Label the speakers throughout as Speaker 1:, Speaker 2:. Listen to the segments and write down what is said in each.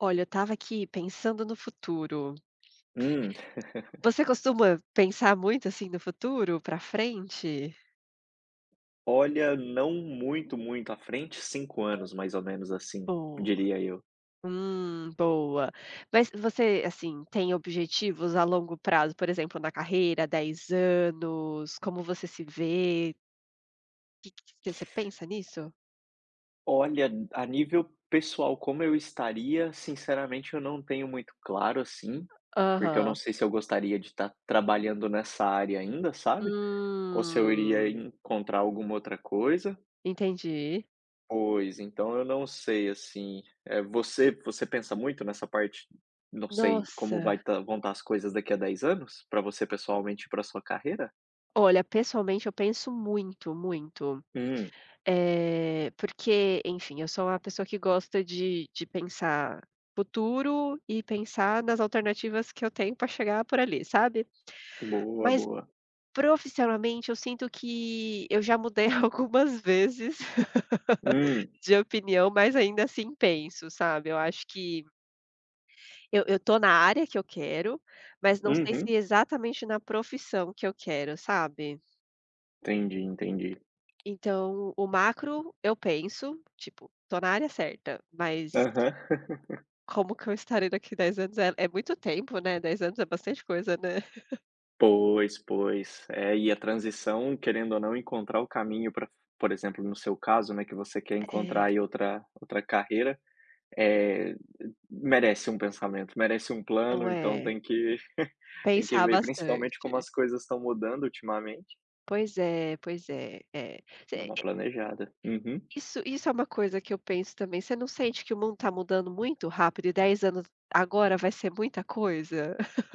Speaker 1: Olha, eu estava aqui pensando no futuro.
Speaker 2: Hum.
Speaker 1: Você costuma pensar muito assim no futuro, para frente?
Speaker 2: Olha, não muito, muito à frente, 5 anos, mais ou menos assim,
Speaker 1: Boa.
Speaker 2: diria eu.
Speaker 1: Boa. Mas você, assim, tem objetivos a longo prazo, por exemplo, na carreira, 10 anos, como você se vê? Que que você pensa nisso?
Speaker 2: Olha, a nível pessoal, como eu estaria, sinceramente, eu não tenho muito claro assim, porque eu
Speaker 1: Aham.
Speaker 2: não sei se eu gostaria de estar trabalhando nessa área ainda, sabe? Ou se eu iria
Speaker 1: Hum,
Speaker 2: encontrar alguma outra coisa.
Speaker 1: entendi.
Speaker 2: Pois, então eu não sei assim. É, você pensa muito nessa parte, não sei, como
Speaker 1: Nossa.
Speaker 2: vai tá vão estar as coisas daqui a 10 anos, para você pessoalmente e pra sua carreira?
Speaker 1: Olha, pessoalmente eu penso muito, muito.
Speaker 2: Hum.
Speaker 1: Porque, enfim, eu sou uma pessoa que gosta de pensar futuro e pensar nas alternativas que eu tenho para chegar por ali, sabe.
Speaker 2: Boa,
Speaker 1: Mas
Speaker 2: boa.
Speaker 1: profissionalmente eu sinto que eu já mudei algumas vezes
Speaker 2: Hum,
Speaker 1: de opinião, mas ainda assim penso, sabe. Eu acho que eu tô na área que eu quero, mas não sei se
Speaker 2: uhum.
Speaker 1: exatamente na profissão que eu quero, sabe.
Speaker 2: Entendi, entendi.
Speaker 1: Então o macro eu penso, tipo, tô na área certa, mas
Speaker 2: Aham.
Speaker 1: como que eu estarei daqui 10 anos? É muito tempo, né. 10 anos é bastante coisa, né.
Speaker 2: Pois, pois. É, e a transição, querendo ou não, encontrar o caminho para, por exemplo, no seu caso, né, que você quer
Speaker 1: É,
Speaker 2: encontrar aí outra carreira, é, merece um pensamento, merece um
Speaker 1: não
Speaker 2: plano, então
Speaker 1: é?
Speaker 2: tem que tem que
Speaker 1: Pensar
Speaker 2: ver principalmente como
Speaker 1: bastante.
Speaker 2: as coisas estão mudando ultimamente,
Speaker 1: Pois é, é. Você
Speaker 2: dar uma
Speaker 1: e
Speaker 2: planejada. Uhum.
Speaker 1: isso isso é uma coisa que eu penso também, você não sente que o mundo está mudando muito rápido e 10 anos agora vai ser muita coisa?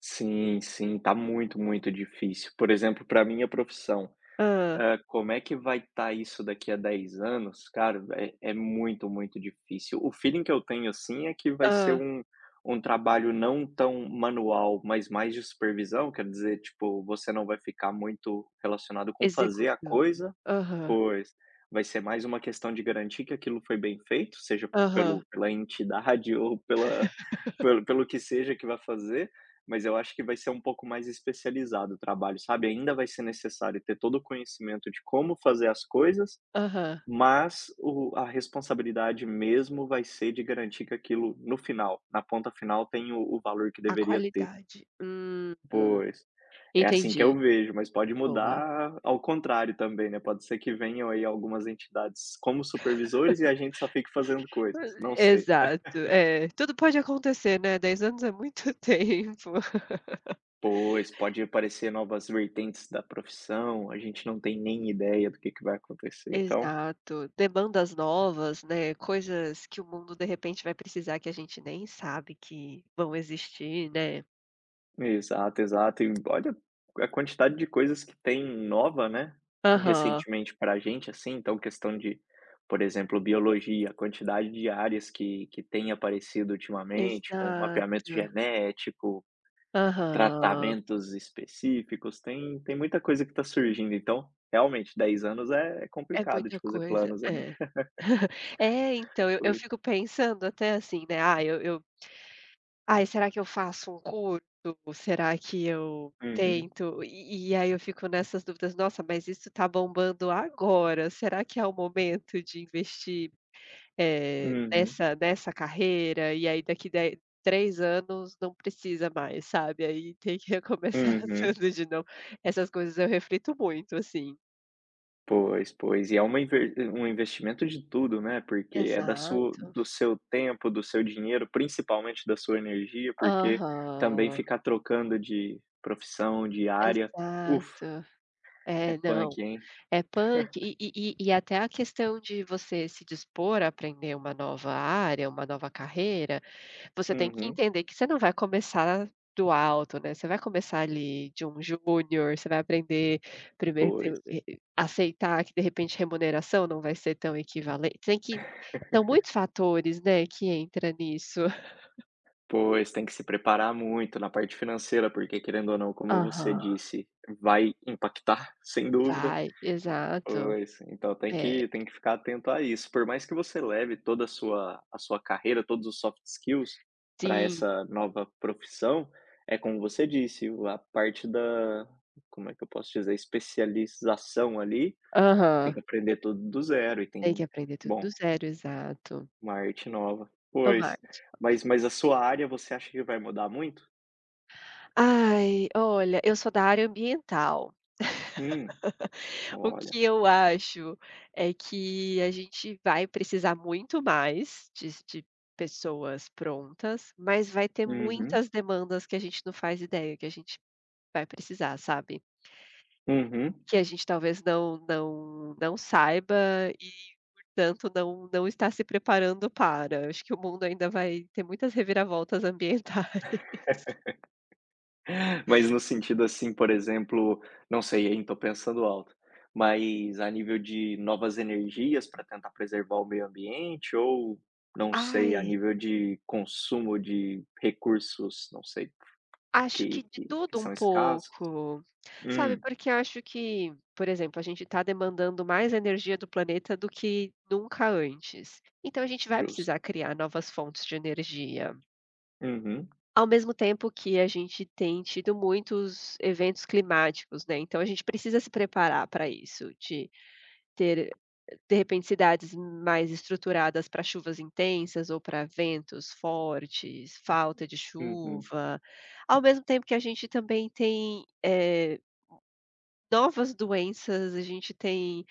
Speaker 2: Sim, sim, tá muito, muito difícil. Por exemplo, pra minha profissão,
Speaker 1: Ah,
Speaker 2: Como é que vai estar isso daqui a 10 anos? Cara, é muito, muito difícil. O feeling que eu tenho, assim, é que vai ser
Speaker 1: ah.
Speaker 2: um trabalho não tão manual, mas mais de supervisão, quer dizer, tipo, você não vai ficar muito relacionado com fazer a
Speaker 1: Executando.
Speaker 2: coisa.
Speaker 1: Aham,
Speaker 2: Pois. Vai ser mais uma questão de garantir que aquilo foi bem feito, seja
Speaker 1: aham,
Speaker 2: pelo pela entidade ou pela pelo pelo que seja que vai fazer, mas eu acho que vai ser um pouco mais especializado o trabalho, sabe. Ainda vai ser necessário ter todo o conhecimento de como fazer as coisas,
Speaker 1: aham.
Speaker 2: mas o a responsabilidade mesmo vai ser de garantir que aquilo no final, na ponta final, tem o valor que
Speaker 1: A
Speaker 2: deveria ter.
Speaker 1: qualidade.
Speaker 2: Pois. É assim que eu
Speaker 1: Entendi.
Speaker 2: vejo, mas pode
Speaker 1: Boa.
Speaker 2: mudar ao contrário também, né, pode ser que venham aí algumas entidades como supervisores e a gente só fique fazendo coisas, não sei.
Speaker 1: Exato, é, tudo pode acontecer, né, 10 anos é muito tempo.
Speaker 2: Pois, pode aparecer novas vertentes da profissão, a gente não tem nem ideia do que vai acontecer, então
Speaker 1: Exato, demandas novas, né, coisas que o mundo de repente vai precisar que a gente nem sabe que vão existir, né.
Speaker 2: exato, exato. E olha a quantidade de coisas que tem nova, né,
Speaker 1: Aham,
Speaker 2: recentemente para a gente, assim, então questão de, por exemplo, biologia, a quantidade de áreas que tem aparecido ultimamente, com mapeamento
Speaker 1: exato,
Speaker 2: genético,
Speaker 1: aham,
Speaker 2: tratamentos específicos, tem muita coisa que está surgindo, então, realmente, 10 anos é
Speaker 1: é
Speaker 2: complicado
Speaker 1: muita
Speaker 2: de fazer
Speaker 1: coisa,
Speaker 2: planos, hein.
Speaker 1: é. É, então eu
Speaker 2: Pois.
Speaker 1: fico pensando até assim, né, ah, eu Ai, será que eu faço um curso? Será que eu
Speaker 2: Uhum.
Speaker 1: tento? E aí eu fico nessas dúvidas: "Nossa, mas isso tá bombando agora, será que é o momento de investir,
Speaker 2: Uhum.
Speaker 1: nessa carreira?" E aí daqui de 3 anos não precisa mais, sabe, aí tem que recomeçar
Speaker 2: Uhum.
Speaker 1: tudo de novo. Essas coisas eu reflito muito, assim.
Speaker 2: Pois, pois. E é uma inver um investimento de tudo, né, porque é da sua
Speaker 1: Exato.
Speaker 2: do seu tempo, do seu dinheiro, principalmente da sua energia, porque também
Speaker 1: Aham.
Speaker 2: ficar trocando de profissão, de área, ufa,
Speaker 1: Exato.
Speaker 2: é
Speaker 1: É, não.
Speaker 2: punk, hein.
Speaker 1: É punk e até a questão de você se dispor a aprender uma nova área, uma nova carreira, você tem que
Speaker 2: Uhum.
Speaker 1: entender que você não vai começar do alto, né, você vai começar ali de um júnior, você vai aprender primeiro
Speaker 2: Pois.
Speaker 1: ter aceitar que de repente remuneração não vai ser tão equivalente, tem que são muitos fatores, né, que entra nisso.
Speaker 2: Pois, tem que se preparar muito na parte financeira, porque querendo ou não, como você
Speaker 1: Aham.
Speaker 2: disse, vai impactar, sem dúvida.
Speaker 1: Vai, exato.
Speaker 2: Pois, então tem
Speaker 1: É,
Speaker 2: que tem que ficar atento a isso. Por mais que você leve toda a sua carreira, todos os soft skills para
Speaker 1: sim.
Speaker 2: essa nova profissão, é como você disse, o a parte da, como é que eu posso dizer, especialização ali, tem
Speaker 1: Aham.
Speaker 2: que aprender tudo do zero e
Speaker 1: Tem que
Speaker 2: tem,
Speaker 1: aprender tudo
Speaker 2: bom,
Speaker 1: do zero, exato.
Speaker 2: uma arte nova.
Speaker 1: É uma
Speaker 2: Pois, mas a sua área, você acha que vai mudar muito?
Speaker 1: Ai, olha, eu sou da área ambiental.
Speaker 2: Hum.
Speaker 1: O
Speaker 2: Olha.
Speaker 1: que eu acho é que a gente vai precisar muito mais de pessoas prontas, mas vai ter
Speaker 2: Uhum,
Speaker 1: muitas demandas que a gente não faz ideia que a gente vai precisar, sabe.
Speaker 2: uhum.
Speaker 1: Que a gente talvez não saiba e, portanto, não está se preparando para. Acho que o mundo ainda vai ter muitas reviravoltas ambientais.
Speaker 2: Mas no sentido assim, por exemplo, não sei, hein, tô pensando alto, mas a nível de novas energias para tentar preservar o meio ambiente ou, não sei, a
Speaker 1: Ai.
Speaker 2: nível de consumo de recursos, não sei,
Speaker 1: Acho
Speaker 2: que
Speaker 1: que de
Speaker 2: que que
Speaker 1: tudo um
Speaker 2: são escassos?
Speaker 1: pouco, sabe,
Speaker 2: Hum,
Speaker 1: porque eu acho que, por exemplo, a gente está demandando mais energia do planeta do que nunca antes, então a gente vai precisar
Speaker 2: justo.
Speaker 1: criar novas fontes de energia.
Speaker 2: Uhum,
Speaker 1: Ao mesmo tempo que a gente tem tido muitos eventos climáticos, né, então a gente precisa se preparar para isso, de ter de repente, cidades mais estruturadas para chuvas intensas ou para ventos fortes, falta de
Speaker 2: uhum,
Speaker 1: chuva. Ao mesmo tempo que a gente também tem, novas doenças, a gente tem,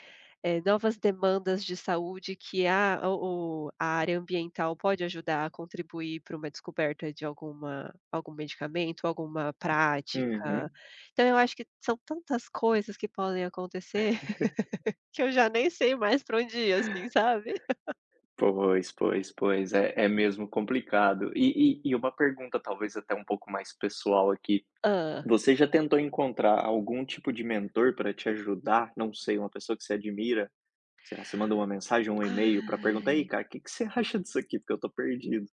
Speaker 1: novas demandas de saúde que a o a área ambiental pode ajudar a contribuir para uma descoberta de algum medicamento, alguma prática.
Speaker 2: uhum.
Speaker 1: Então eu acho que são tantas coisas que podem acontecer que eu já nem sei mais pra onde ir, assim, sabe.
Speaker 2: Pois, pois, pois, é mesmo complicado. E uma pergunta talvez até um pouco mais pessoal aqui.
Speaker 1: Hã.
Speaker 2: Você já tentou encontrar algum tipo de mentor para te ajudar? Não sei, uma pessoa que você admira? Sei lá, você manda uma mensagem, um e-mail para perguntar: "Aí,
Speaker 1: Ai,
Speaker 2: cara, o que que você acha disso aqui? Porque eu tô perdido".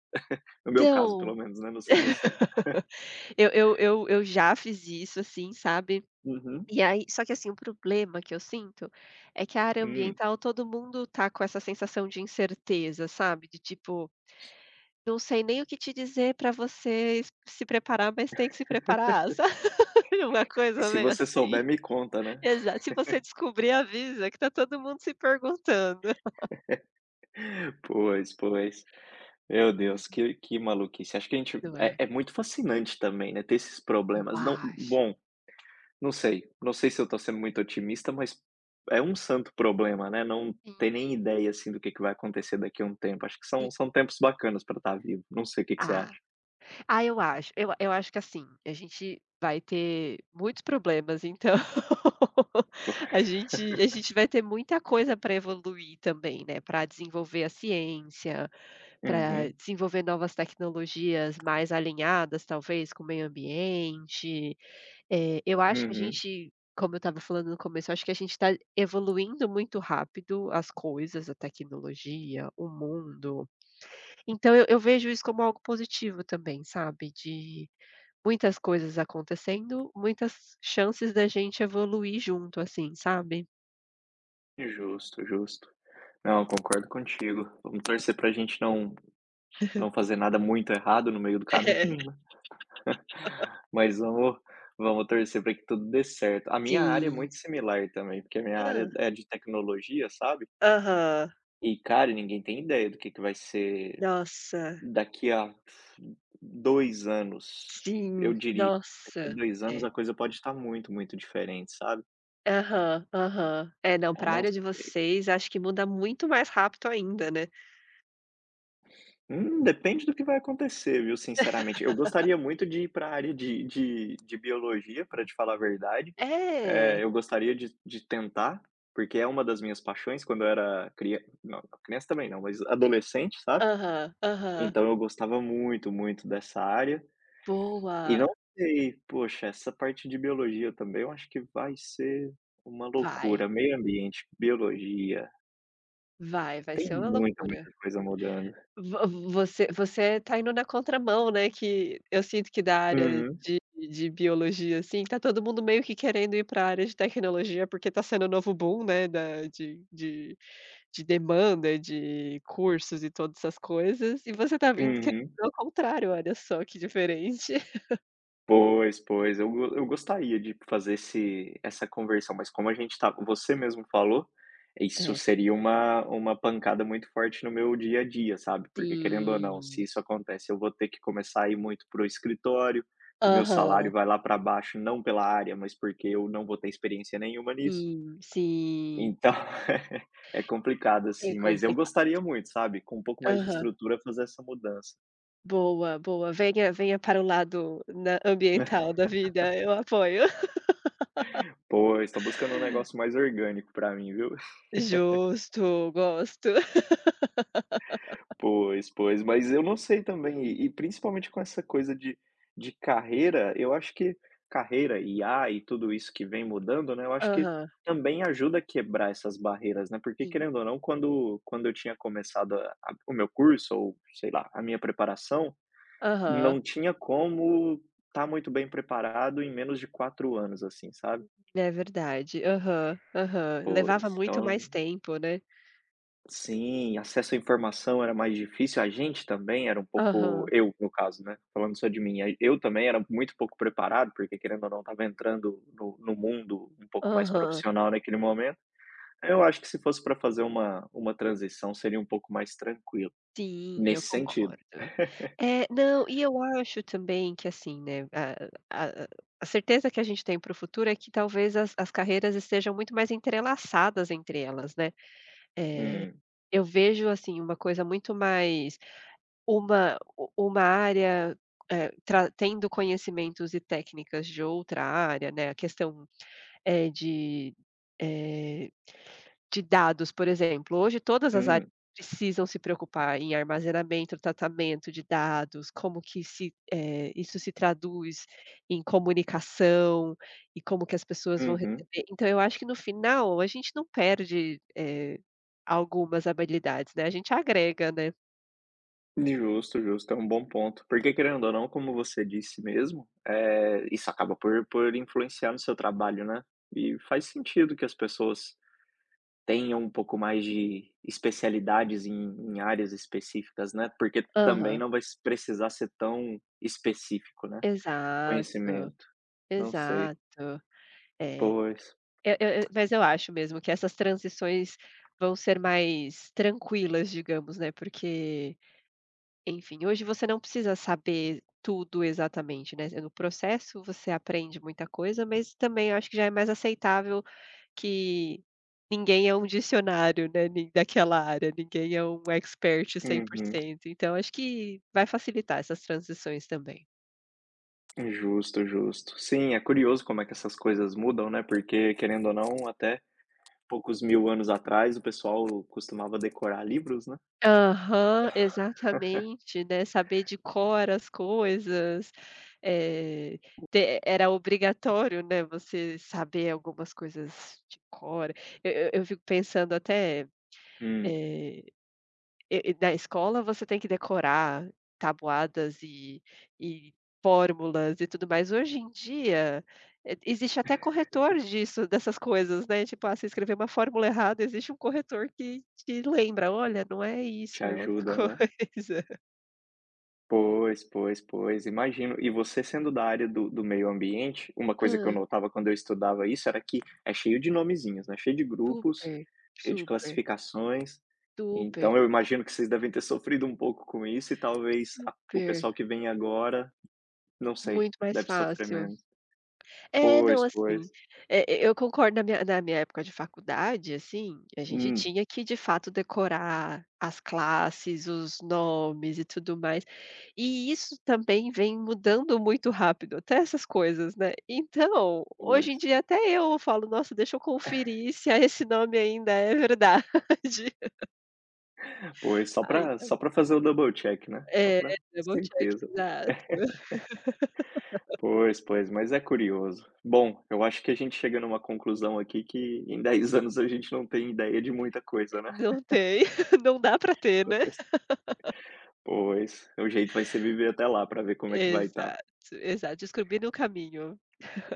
Speaker 2: No meu caso, pelo
Speaker 1: então,
Speaker 2: menos, né, não sei você.
Speaker 1: eu já fiz isso, assim, sabe.
Speaker 2: Uhum.
Speaker 1: E aí só que, assim, o problema que eu sinto é que a área
Speaker 2: Hum.
Speaker 1: ambiental todo mundo tá com essa sensação de incerteza, sabe, de tipo: "Não sei nem o que te dizer pra você s se preparar, mas tem que se preparar", sabe, uma
Speaker 2: E
Speaker 1: coisa
Speaker 2: se
Speaker 1: meio
Speaker 2: você
Speaker 1: assim.
Speaker 2: souber, me conta, né.
Speaker 1: Exato. "Se você descobrir, avisa", que tá todo mundo se perguntando.
Speaker 2: Pois, pois. Meu Deus, que maluquice. Acho que a gente
Speaker 1: Isso,
Speaker 2: é
Speaker 1: é.
Speaker 2: é muito fascinante também, né, ter esses
Speaker 1: Eu
Speaker 2: problemas. Não,
Speaker 1: acho.
Speaker 2: bom, não sei, não sei se eu tô sendo muito otimista, mas é um santo problema, né, não
Speaker 1: Sim,
Speaker 2: ter nem ideia, assim, do que vai acontecer daqui a um tempo. Acho que são
Speaker 1: sim.
Speaker 2: são tempos bacanas pra estar vivo. Não sei, o que que você
Speaker 1: Ah
Speaker 2: acha?
Speaker 1: Ah, eu acho. Eu acho que, assim, a gente vai ter muitos problemas, então a gente vai ter muita coisa para evoluir também, né, para desenvolver a ciência, para
Speaker 2: Uhum,
Speaker 1: desenvolver novas tecnologias mais alinhadas, talvez, com o meio ambiente. Eu acho que a
Speaker 2: uhum.
Speaker 1: gente, como eu estava falando no começo, eu acho que a gente está evoluindo muito rápido as coisas, a tecnologia, o mundo. Então eu vejo isso como algo positivo também, sabe, de muitas coisas acontecendo, muitas chances da gente evoluir junto, assim, sabe.
Speaker 2: Justo, justo. Não, eu concordo contigo. Vamos torcer pra gente não não fazer nada muito errado no meio do
Speaker 1: É,
Speaker 2: caminho, né, mas vamos torcer pra que tudo dê certo. A minha área é
Speaker 1: sim.
Speaker 2: muito similar também, porque a minha
Speaker 1: ah
Speaker 2: área é de tecnologia, sabe.
Speaker 1: Aham.
Speaker 2: E, cara, ninguém tem ideia do que vai ser
Speaker 1: Nossa,
Speaker 2: daqui a 2 anos, eu
Speaker 1: sim.
Speaker 2: diria, é
Speaker 1: Nossa.
Speaker 2: 2 anos,
Speaker 1: É.
Speaker 2: a coisa pode estar muito, muito diferente, sabe.
Speaker 1: Aham, aham. É, não,
Speaker 2: Eu
Speaker 1: para a
Speaker 2: não
Speaker 1: área de
Speaker 2: sei.
Speaker 1: vocês, acho que muda muito mais rápido ainda, né.
Speaker 2: Depende do que vai acontecer, viu, sinceramente. Eu gostaria muito de ir para a área de biologia, para te falar a verdade.
Speaker 1: É.
Speaker 2: Eu gostaria de tentar, porque é uma das minhas paixões quando eu era criança, não, criança também não, mas adolescente, sabe.
Speaker 1: Aham, aham.
Speaker 2: Então eu gostava muito, muito dessa área. E
Speaker 1: Boa.
Speaker 2: não sei, poxa, essa parte de biologia também eu acho que vai ser uma
Speaker 1: Vai,
Speaker 2: loucura. Meio ambiente, biologia,
Speaker 1: vai, vai
Speaker 2: tem
Speaker 1: ser uma
Speaker 2: muita,
Speaker 1: loucura.
Speaker 2: muita coisa mudando.
Speaker 1: Vo você você tá indo na contramão, né, que eu sinto que da área
Speaker 2: Uhum,
Speaker 1: de biologia, assim, tá todo mundo meio que querendo ir pra área de tecnologia, porque tá sendo o novo boom, né, da de demanda, de cursos e todas essas coisas, e você tá vindo querendo
Speaker 2: uhum.
Speaker 1: ao contrário, olha só que diferente.
Speaker 2: Pois, pois, eu gostaria de fazer esse essa conversão, mas como a gente tá, você mesmo falou, isso
Speaker 1: É,
Speaker 2: seria uma pancada muito forte no meu dia a dia, sabe, porque querendo ou não, se
Speaker 1: sim.
Speaker 2: isso acontece, eu vou ter que começar a ir muito para o escritório, o meu
Speaker 1: Aham.
Speaker 2: salário vai lá para baixo, não pela área, mas porque eu não vou ter experiência nenhuma nisso.
Speaker 1: Sim, sim.
Speaker 2: Então, é complicado,
Speaker 1: É
Speaker 2: assim, mas eu
Speaker 1: complicado.
Speaker 2: gostaria muito, sabe, com um pouco mais de
Speaker 1: Aham.
Speaker 2: estrutura fazer essa mudança.
Speaker 1: Boa, boa. Venha venha para o lado na ambiental da vida, eu apoio.
Speaker 2: Pois, tô buscando um negócio mais orgânico pra mim, viu?
Speaker 1: Justo, gosto.
Speaker 2: Pois, pois, mas eu não sei também, e principalmente com essa coisa de carreira, eu acho que carreira, IA e tudo isso que vem mudando, né, eu acho que
Speaker 1: Aham,
Speaker 2: também ajuda a quebrar essas barreiras, né, porque
Speaker 1: sim.
Speaker 2: querendo ou não, quando eu tinha começado a o meu curso ou, sei lá, a minha preparação,
Speaker 1: Aham,
Speaker 2: não tinha como estar muito bem preparado em menos de 4 anos, assim, sabe.
Speaker 1: é verdade. Aham, aham. Levava
Speaker 2: Pois,
Speaker 1: muito mais
Speaker 2: então.
Speaker 1: tempo, né.
Speaker 2: Sim, acesso à informação era mais difícil, a gente também era um pouco,
Speaker 1: Aham,
Speaker 2: eu, no caso, né, falando só de mim, aí eu também era muito pouco preparado, porque querendo ou não estava entrando no mundo um pouco mais
Speaker 1: aham.
Speaker 2: profissional naquele momento. Eu acho que se fosse para fazer uma transição seria um pouco mais tranquilo,
Speaker 1: Sim, eu
Speaker 2: nesse sentido.
Speaker 1: concordo. É, não, e eu acho também que assim, né, a certeza que a gente tem para o futuro é que talvez as carreiras estejam muito mais entrelaçadas entre elas, né. Eh,
Speaker 2: Hum,
Speaker 1: eu vejo, assim, uma coisa muito mais. Uma uma área, tra tendo conhecimentos e técnicas de outra área, né, a questão, eh, de, eh, de dados, por exemplo, hoje todas as áreas
Speaker 2: hum,
Speaker 1: precisam se preocupar em armazenamento, tratamento de dados, como que se, isso se traduz em comunicação e como que as pessoas vão
Speaker 2: uhum.
Speaker 1: receber. Então eu acho que no final a gente não perde, algumas habilidades, né, a gente agrega, né.
Speaker 2: Justo, justo, é um bom ponto. Porque querendo ou não, como você disse mesmo, é, isso acaba por influenciar no seu trabalho, né, e faz sentido que as pessoas tenham um pouco mais de especialidades em áreas específicas, né, porque também
Speaker 1: Aham.
Speaker 2: não vai s precisar ser tão específico, né,
Speaker 1: Exato,
Speaker 2: conhecimento. Não sei.
Speaker 1: exato. É,
Speaker 2: Pois.
Speaker 1: eu mas eu acho mesmo que essas transições vão ser mais tranquilas, digamos, né, porque, enfim, hoje você não precisa saber tudo exatamente, né, no processo você aprende muita coisa, mas também eu acho que já é mais aceitável que ninguém é um dicionário, né, nin daquela área, ninguém é um expert cem por
Speaker 2: Uhum.
Speaker 1: cento. Então acho que vai facilitar essas transições também.
Speaker 2: Justo, justo. Sim, é curioso como é que essas coisas mudam, né, porque querendo ou não, até poucos mil anos atrás o pessoal costumava decorar livros, né.
Speaker 1: Aham, exatamente, né, saber de cor as coisas, eh, te era obrigatório, né, você saber algumas coisas de cor. Eu fico pensando até,
Speaker 2: Hum,
Speaker 1: eh na escola você tem que decorar tabuadas e fórmulas e tudo mais. Hoje em dia, e existe até corretor disso, dessas coisas, né, tipo, você escrever uma fórmula errada, existe um corretor que te lembra: "Olha, não é
Speaker 2: te
Speaker 1: isso, é outra
Speaker 2: ajuda, né.
Speaker 1: coisa".
Speaker 2: Pois, pois, pois, imagino. E você sendo da área do meio ambiente, uma coisa que eu
Speaker 1: Hã,
Speaker 2: notava quando eu estudava isso era que é cheio de nomezinhos, né, cheio de grupos,
Speaker 1: super,
Speaker 2: cheio de
Speaker 1: super,
Speaker 2: classificações,
Speaker 1: super,
Speaker 2: então eu imagino que vocês devem ter sofrido um pouco com isso e talvez a o
Speaker 1: super,
Speaker 2: pessoal que vem agora, não sei,
Speaker 1: muito mais
Speaker 2: deve sofrer
Speaker 1: fácil.
Speaker 2: menos.
Speaker 1: É, não,
Speaker 2: Pois, pois.
Speaker 1: assim, eu concordo na minha época de faculdade, assim, a gente
Speaker 2: Hum,
Speaker 1: tinha que de fato decorar as classes, os nomes e tudo mais, e isso também vem mudando muito rápido, até essas coisas, né. Então, hoje em
Speaker 2: pois.
Speaker 1: dia até eu falo: "Nossa, deixa eu conferir se a esse nome ainda é verdade".
Speaker 2: Pois, só
Speaker 1: Ai,
Speaker 2: para
Speaker 1: então
Speaker 2: só para fazer o double check, né, só
Speaker 1: é,
Speaker 2: para ter
Speaker 1: double check,
Speaker 2: certeza.
Speaker 1: exato.
Speaker 2: Pois, pois, mas é curioso. Bom, eu acho que a gente chega numa conclusão aqui que em 10 anos a gente não tem ideia de muita coisa, né.
Speaker 1: Não tem, não dá pra ter, né.
Speaker 2: Pois, o jeito vai ser viver até lá para ver como é que vai estar.
Speaker 1: Exato, exato, descobri no caminho.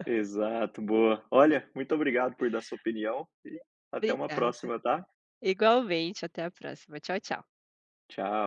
Speaker 2: Exato, boa. Olha, muito obrigado por dar sua opinião e até uma
Speaker 1: Obrigada.
Speaker 2: próxima, tá?
Speaker 1: Igualmente, até a próxima. Tchau, tchau.
Speaker 2: Tchau.